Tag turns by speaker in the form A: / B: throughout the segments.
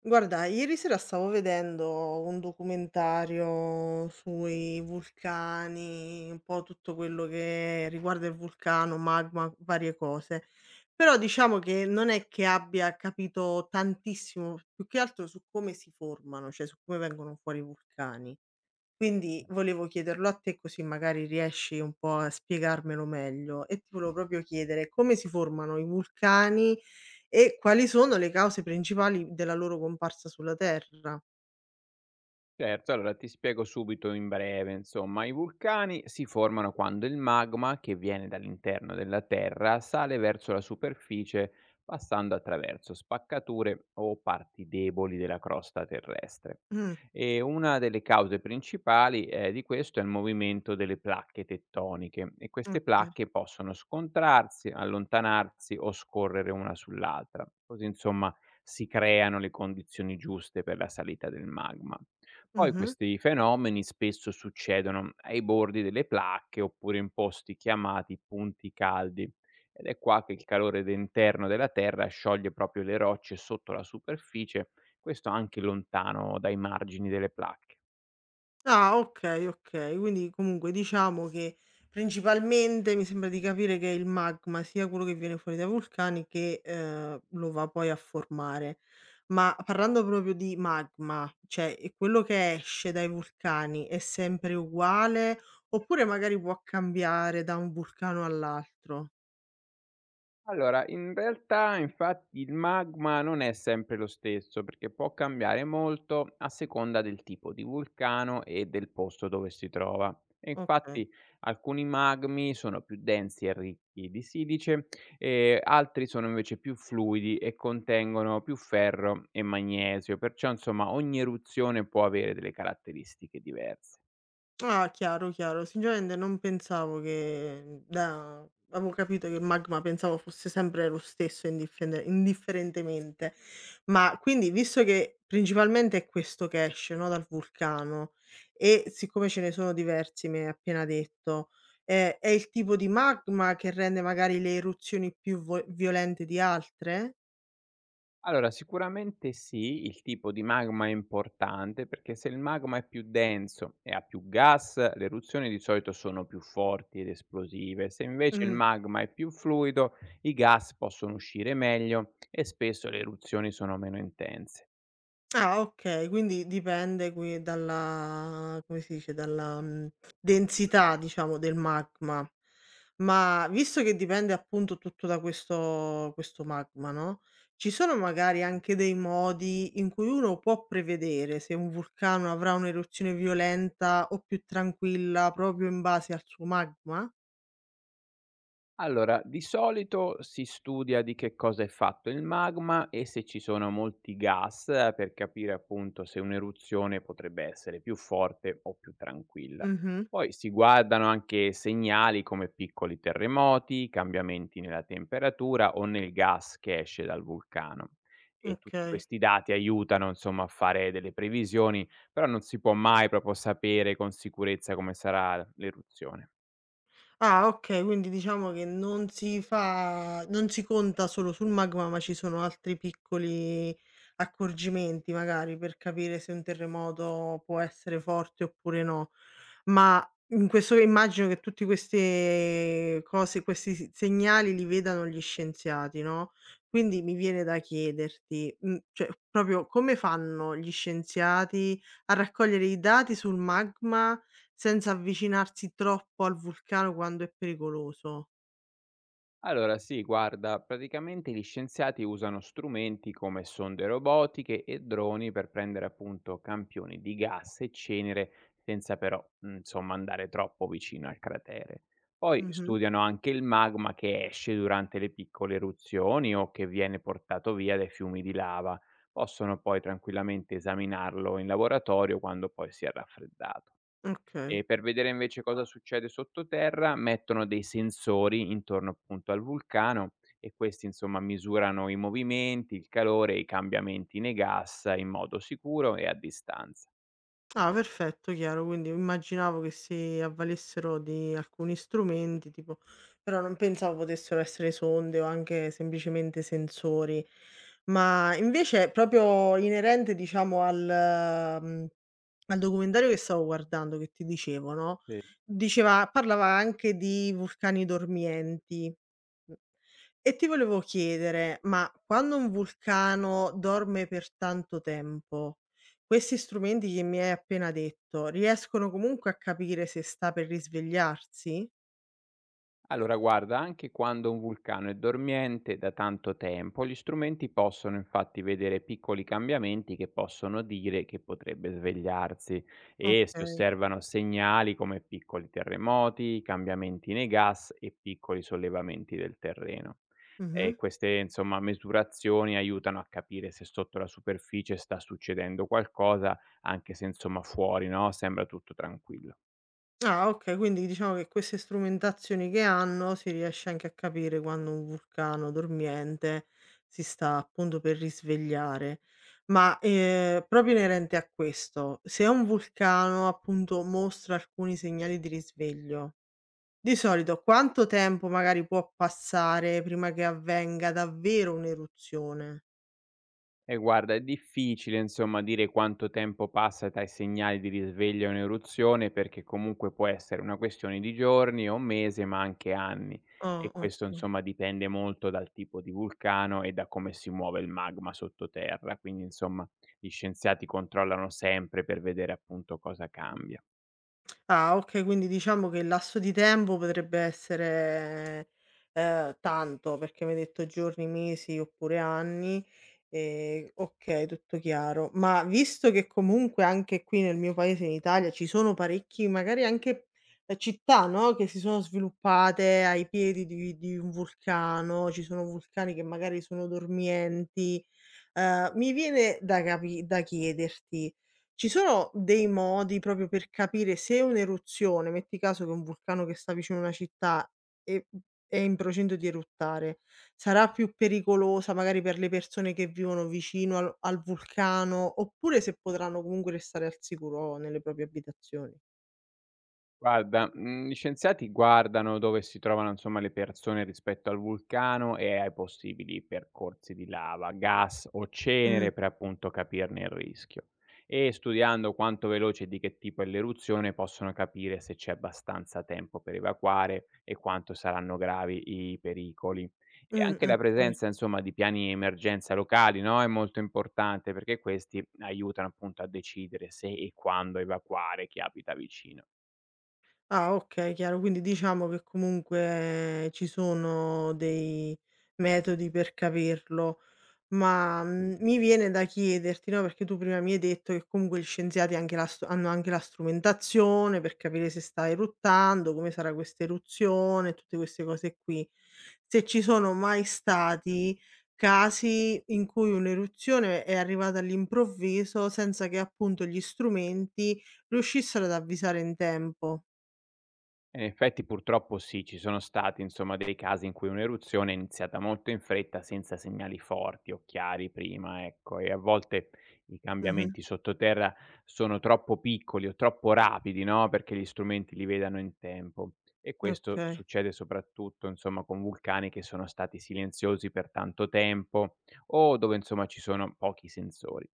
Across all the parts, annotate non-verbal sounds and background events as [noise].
A: Guarda, ieri sera stavo vedendo un documentario sui vulcani, un po' tutto quello che riguarda il vulcano, magma, varie cose. Però diciamo che non è che abbia capito tantissimo, più che altro su come si formano, cioè su come vengono fuori i vulcani. Quindi volevo chiederlo a te così magari riesci un po' a spiegarmelo meglio e ti volevo proprio chiedere come si formano i vulcani e quali sono le cause principali della loro comparsa sulla Terra?
B: Certo, allora ti spiego subito in breve, insomma, i vulcani si formano quando il magma che viene dall'interno della Terra sale verso la superficie passando attraverso spaccature o parti deboli della crosta terrestre.
A: Mh,
B: E una delle cause principali di questo è il movimento delle placche tettoniche e queste
A: okay.
B: placche possono scontrarsi, allontanarsi o scorrere una sull'altra. Così insomma si creano le condizioni giuste per la salita del magma. Poi
A: Mh-mh.
B: questi fenomeni spesso succedono ai bordi delle placche oppure in posti chiamati punti caldi. Ed è qua che il calore interno della Terra scioglie proprio le rocce sotto la superficie, questo anche lontano dai margini delle placche.
A: Ah, okay, okay. Quindi comunque diciamo che principalmente mi sembra di capire che è il magma, sia quello che viene fuori dai vulcani che, lo va poi a formare. Ma parlando proprio di magma, cioè, quello che esce dai vulcani è sempre uguale, oppure magari può cambiare da un vulcano all'altro?
B: Allora, in realtà infatti il magma non è sempre lo stesso, perché può cambiare molto a seconda del tipo di vulcano e del posto dove si trova. E
A: Okay.
B: infatti alcuni magmi sono più densi e ricchi di silice, e altri sono invece più fluidi e contengono più ferro e magnesio, perciò insomma ogni eruzione può avere delle caratteristiche diverse.
A: Ah, chiaro, chiaro. Sinceramente non pensavo che da avevo capito che il magma pensavo fosse sempre lo stesso indiffende indifferentemente. Ma quindi visto che principalmente è questo che esce, no, dal vulcano e siccome ce ne sono diversi, mi hai appena detto, è il tipo di magma che rende magari le eruzioni più vo violente di altre?
B: Allora, sicuramente sì, il tipo di magma è importante perché se il magma è più denso e ha più gas, le eruzioni di solito sono più forti ed esplosive. Se invece il
A: Mh.
B: magma è più fluido, i gas possono uscire meglio e spesso le eruzioni sono meno intense.
A: Ah okay, quindi dipende qui dalla come si dice, dalla, densità diciamo del magma. Ma visto che dipende appunto tutto da questo magma, no, ci sono magari anche dei modi in cui uno può prevedere se un vulcano avrà un'eruzione violenta o più tranquilla proprio in base al suo magma?
B: Allora, di solito si studia di che cosa è fatto il magma e se ci sono molti gas per capire appunto se un'eruzione potrebbe essere più forte o più tranquilla.
A: Mh-mh,
B: Poi si guardano anche segnali come piccoli terremoti, cambiamenti nella temperatura o nel gas che esce dal vulcano. E tutti
A: okay.
B: questi dati aiutano insomma a fare delle previsioni, però non si può mai proprio sapere con sicurezza come sarà l'eruzione.
A: Ah, okay, quindi diciamo che non si conta solo sul magma, ma ci sono altri piccoli accorgimenti magari per capire se un terremoto può essere forte oppure no. Ma in questo immagino che tutti queste cose, questi segnali li vedano gli scienziati, no, quindi mi viene da chiederti, cioè proprio come fanno gli scienziati a raccogliere i dati sul magma senza avvicinarsi troppo al vulcano quando è pericoloso.
B: Allora sì, guarda, praticamente gli scienziati usano strumenti come sonde robotiche e droni per prendere appunto campioni di gas e cenere senza però, insomma, andare troppo vicino al cratere. Poi
A: Mh-mh.
B: studiano anche il magma che esce durante le piccole eruzioni o che viene portato via dai fiumi di lava. Possono poi tranquillamente esaminarlo in laboratorio quando poi si è raffreddato.
A: Okay.
B: E per vedere invece cosa succede sottoterra, mettono dei sensori intorno appunto al vulcano e questi insomma misurano i movimenti, il calore e i cambiamenti nei gas in modo sicuro e a distanza.
A: Ah, perfetto, chiaro. Quindi immaginavo che si avvalessero di alcuni strumenti, tipo però non pensavo potessero essere sonde o anche semplicemente sensori. Ma invece proprio inerente, diciamo, al al documentario che stavo guardando, che ti dicevo, no,
B: Sì.
A: diceva parlava anche di vulcani dormienti. E ti volevo chiedere, ma quando un vulcano dorme per tanto tempo, questi strumenti che mi hai appena detto, riescono comunque a capire se sta per risvegliarsi?
B: Allora, guarda, anche quando un vulcano è dormiente da tanto tempo, gli strumenti possono infatti vedere piccoli cambiamenti che possono dire che potrebbe svegliarsi e si
A: Okay.
B: osservano segnali come piccoli terremoti, cambiamenti nei gas e piccoli sollevamenti del terreno.
A: Mh-mh.
B: E queste, insomma, misurazioni aiutano a capire se sotto la superficie sta succedendo qualcosa, anche se, insomma, fuori, no? Sembra tutto tranquillo.
A: Ah, okay, quindi diciamo che queste strumentazioni che hanno, si riesce anche a capire quando un vulcano dormiente si sta appunto per risvegliare. Ma, proprio inerente a questo, se un vulcano appunto mostra alcuni segnali di risveglio. Di solito quanto tempo magari può passare prima che avvenga davvero un'eruzione?
B: E guarda, è difficile insomma dire quanto tempo passa tra i segnali di risveglio e un'eruzione, perché comunque può essere una questione di giorni o un mese, ma anche anni.
A: Ah,
B: E questo
A: oka
B: insomma dipende molto dal tipo di vulcano e da come si muove il magma sottoterra. Quindi insomma gli scienziati controllano sempre per vedere appunto cosa cambia.
A: Ah, okay, quindi diciamo che il lasso di tempo potrebbe essere, tanto, perché mi hai detto giorni, mesi oppure anni. Okay, tutto chiaro. Ma visto che comunque anche qui nel mio paese, in Italia, ci sono parecchi magari anche, città, no, che si sono sviluppate ai piedi di un vulcano, ci sono vulcani che magari sono dormienti, mi viene da capi da chiederti ci sono dei modi proprio per capire se un'eruzione, metti caso che un vulcano che sta vicino a una città è è in procinto di eruttare, sarà più pericolosa magari per le persone che vivono vicino al vulcano, oppure se potranno comunque restare al sicuro nelle proprie abitazioni?
B: Guarda, gli scienziati guardano dove si trovano, insomma, le persone rispetto al vulcano e ai possibili percorsi di lava, gas o
A: Mh,
B: cenere per appunto capirne il rischio. E studiando quanto veloce e di che tipo è l'eruzione possono capire se c'è abbastanza tempo per evacuare e quanto saranno gravi i pericoli. E anche la
A: okay.
B: presenza, insomma, di piani emergenza locali, no, è molto importante perché questi aiutano appunto a decidere se e quando evacuare chi abita vicino.
A: Ah, okay, chiaro. Quindi diciamo che comunque ci sono dei metodi per capirlo. Ma, mi viene da chiederti, no, perché tu prima mi hai detto che comunque gli scienziati anche la st hanno anche la strumentazione per capire se sta eruttando, come sarà questa eruzione, tutte queste cose qui. Se ci sono mai stati casi in cui un'eruzione è arrivata all'improvviso senza che appunto gli strumenti riuscissero ad avvisare in tempo.
B: E in effetti purtroppo sì, ci sono stati insomma dei casi in cui un'eruzione è iniziata molto in fretta senza segnali forti o chiari prima, ecco, e a volte i
A: Mh-mh.
B: cambiamenti sottoterra sono troppo piccoli o troppo rapidi, no, perché gli strumenti li vedano in tempo. E questo
A: Okay.
B: succede soprattutto insomma con vulcani che sono stati silenziosi per tanto tempo o dove insomma ci sono pochi sensori.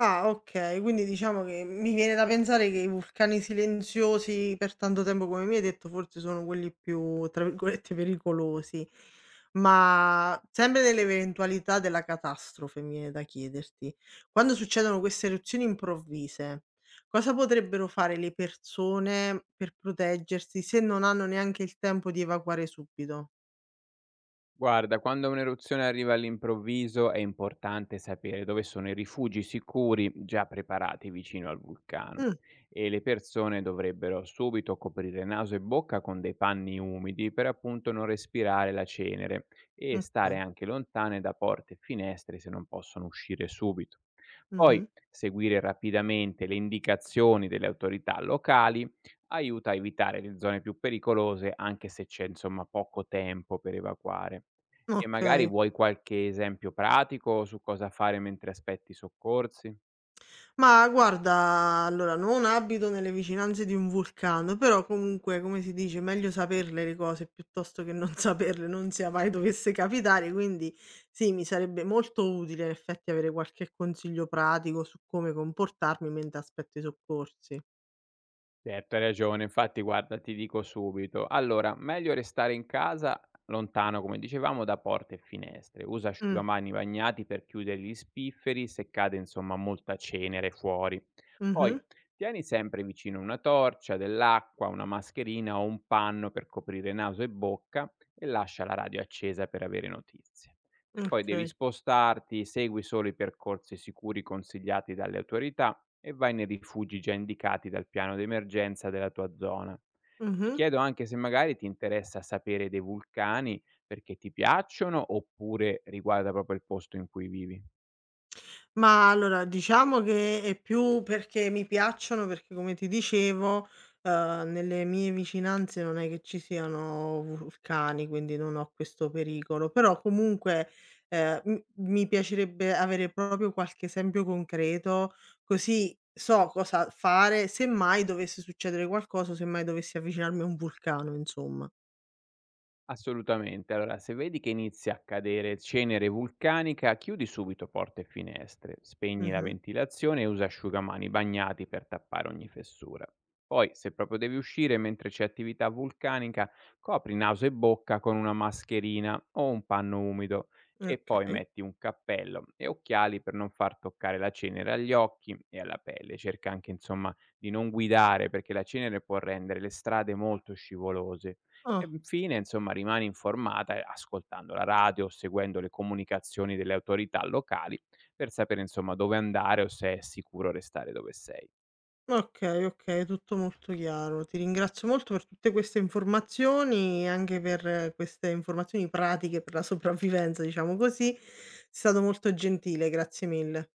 A: Ah, okay. Quindi diciamo che mi viene da pensare che i vulcani silenziosi per tanto tempo, come mi hai detto, forse sono quelli più, tra virgolette, "pericolosi". Ma sempre nell'eventualità della catastrofe, mi viene da chiederti, quando succedono queste eruzioni improvvise, cosa potrebbero fare le persone per proteggersi se non hanno neanche il tempo di evacuare subito?
B: Guarda, quando un'eruzione arriva all'improvviso è importante sapere dove sono i rifugi sicuri già preparati vicino al vulcano
A: Mh,
B: e le persone dovrebbero subito coprire naso e bocca con dei panni umidi per appunto non respirare la cenere e stare
A: okay.
B: anche lontane da porte e finestre se non possono uscire subito.
A: Mh-mh.
B: Poi seguire rapidamente le indicazioni delle autorità locali aiuta a evitare le zone più pericolose anche se c'è insomma poco tempo per evacuare. E magari
A: Okay.
B: vuoi qualche esempio pratico su cosa fare mentre aspetti i soccorsi?
A: Ma guarda, allora non abito nelle vicinanze di un vulcano, però comunque, come si dice, meglio saperle le cose piuttosto che non [laughs] saperle, non sia mai dovesse capitare, quindi sì, mi sarebbe molto utile in effetti avere qualche consiglio pratico su come comportarmi mentre aspetto i soccorsi.
B: Certo, hai ragione. Infatti guarda, ti dico subito. Allora, meglio restare in casa, lontano come dicevamo da porte e finestre. Usa
A: Mh,
B: asciugamani bagnati per chiudere gli spifferi se cade insomma molta cenere fuori. Poi
A: mh-mh,
B: tieni sempre vicino una torcia, dell'acqua, una mascherina o un panno per coprire naso e bocca e lascia la radio accesa per avere notizie. E poi devi
A: okay,
B: spostarti, segui solo i percorsi sicuri consigliati dalle autorità e vai nei rifugi già indicati dal piano d'emergenza della tua zona. Ti
A: mh-mh.
B: chiedo anche se magari ti interessa sapere dei vulcani perché ti piacciono oppure riguarda proprio il posto in cui vivi.
A: Ma allora, diciamo che è più perché mi piacciono, perché come ti dicevo, nelle mie vicinanze non è che ci siano vulcani, quindi non ho questo pericolo, però comunque, m mi piacerebbe avere proprio qualche esempio concreto, così so cosa fare semmai dovesse succedere qualcosa o semmai dovessi avvicinarmi a un vulcano, insomma.
B: Assolutamente. Allora, se vedi che inizia a cadere cenere vulcanica, chiudi subito porte e finestre, spegni la
A: Mh-mh.
B: ventilazione e usa asciugamani bagnati per tappare ogni fessura. Poi, se proprio devi uscire mentre c'è attività vulcanica, copri naso e bocca con una mascherina o un panno umido e poi
A: Okay.
B: metti un cappello e occhiali per non far toccare la cenere agli occhi e alla pelle. Cerca anche, insomma, di non guidare perché la cenere può rendere le strade molto scivolose e
A: Ah.
B: infine, insomma, rimani informata, ascoltando la radio o seguendo le comunicazioni delle autorità locali per sapere, insomma, dove andare o se è sicuro restare dove sei.
A: Okay, okay, tutto molto chiaro. Ti ringrazio molto per tutte queste informazioni e anche per queste informazioni pratiche per la sopravvivenza, diciamo così. Sei stato molto gentile, grazie mille.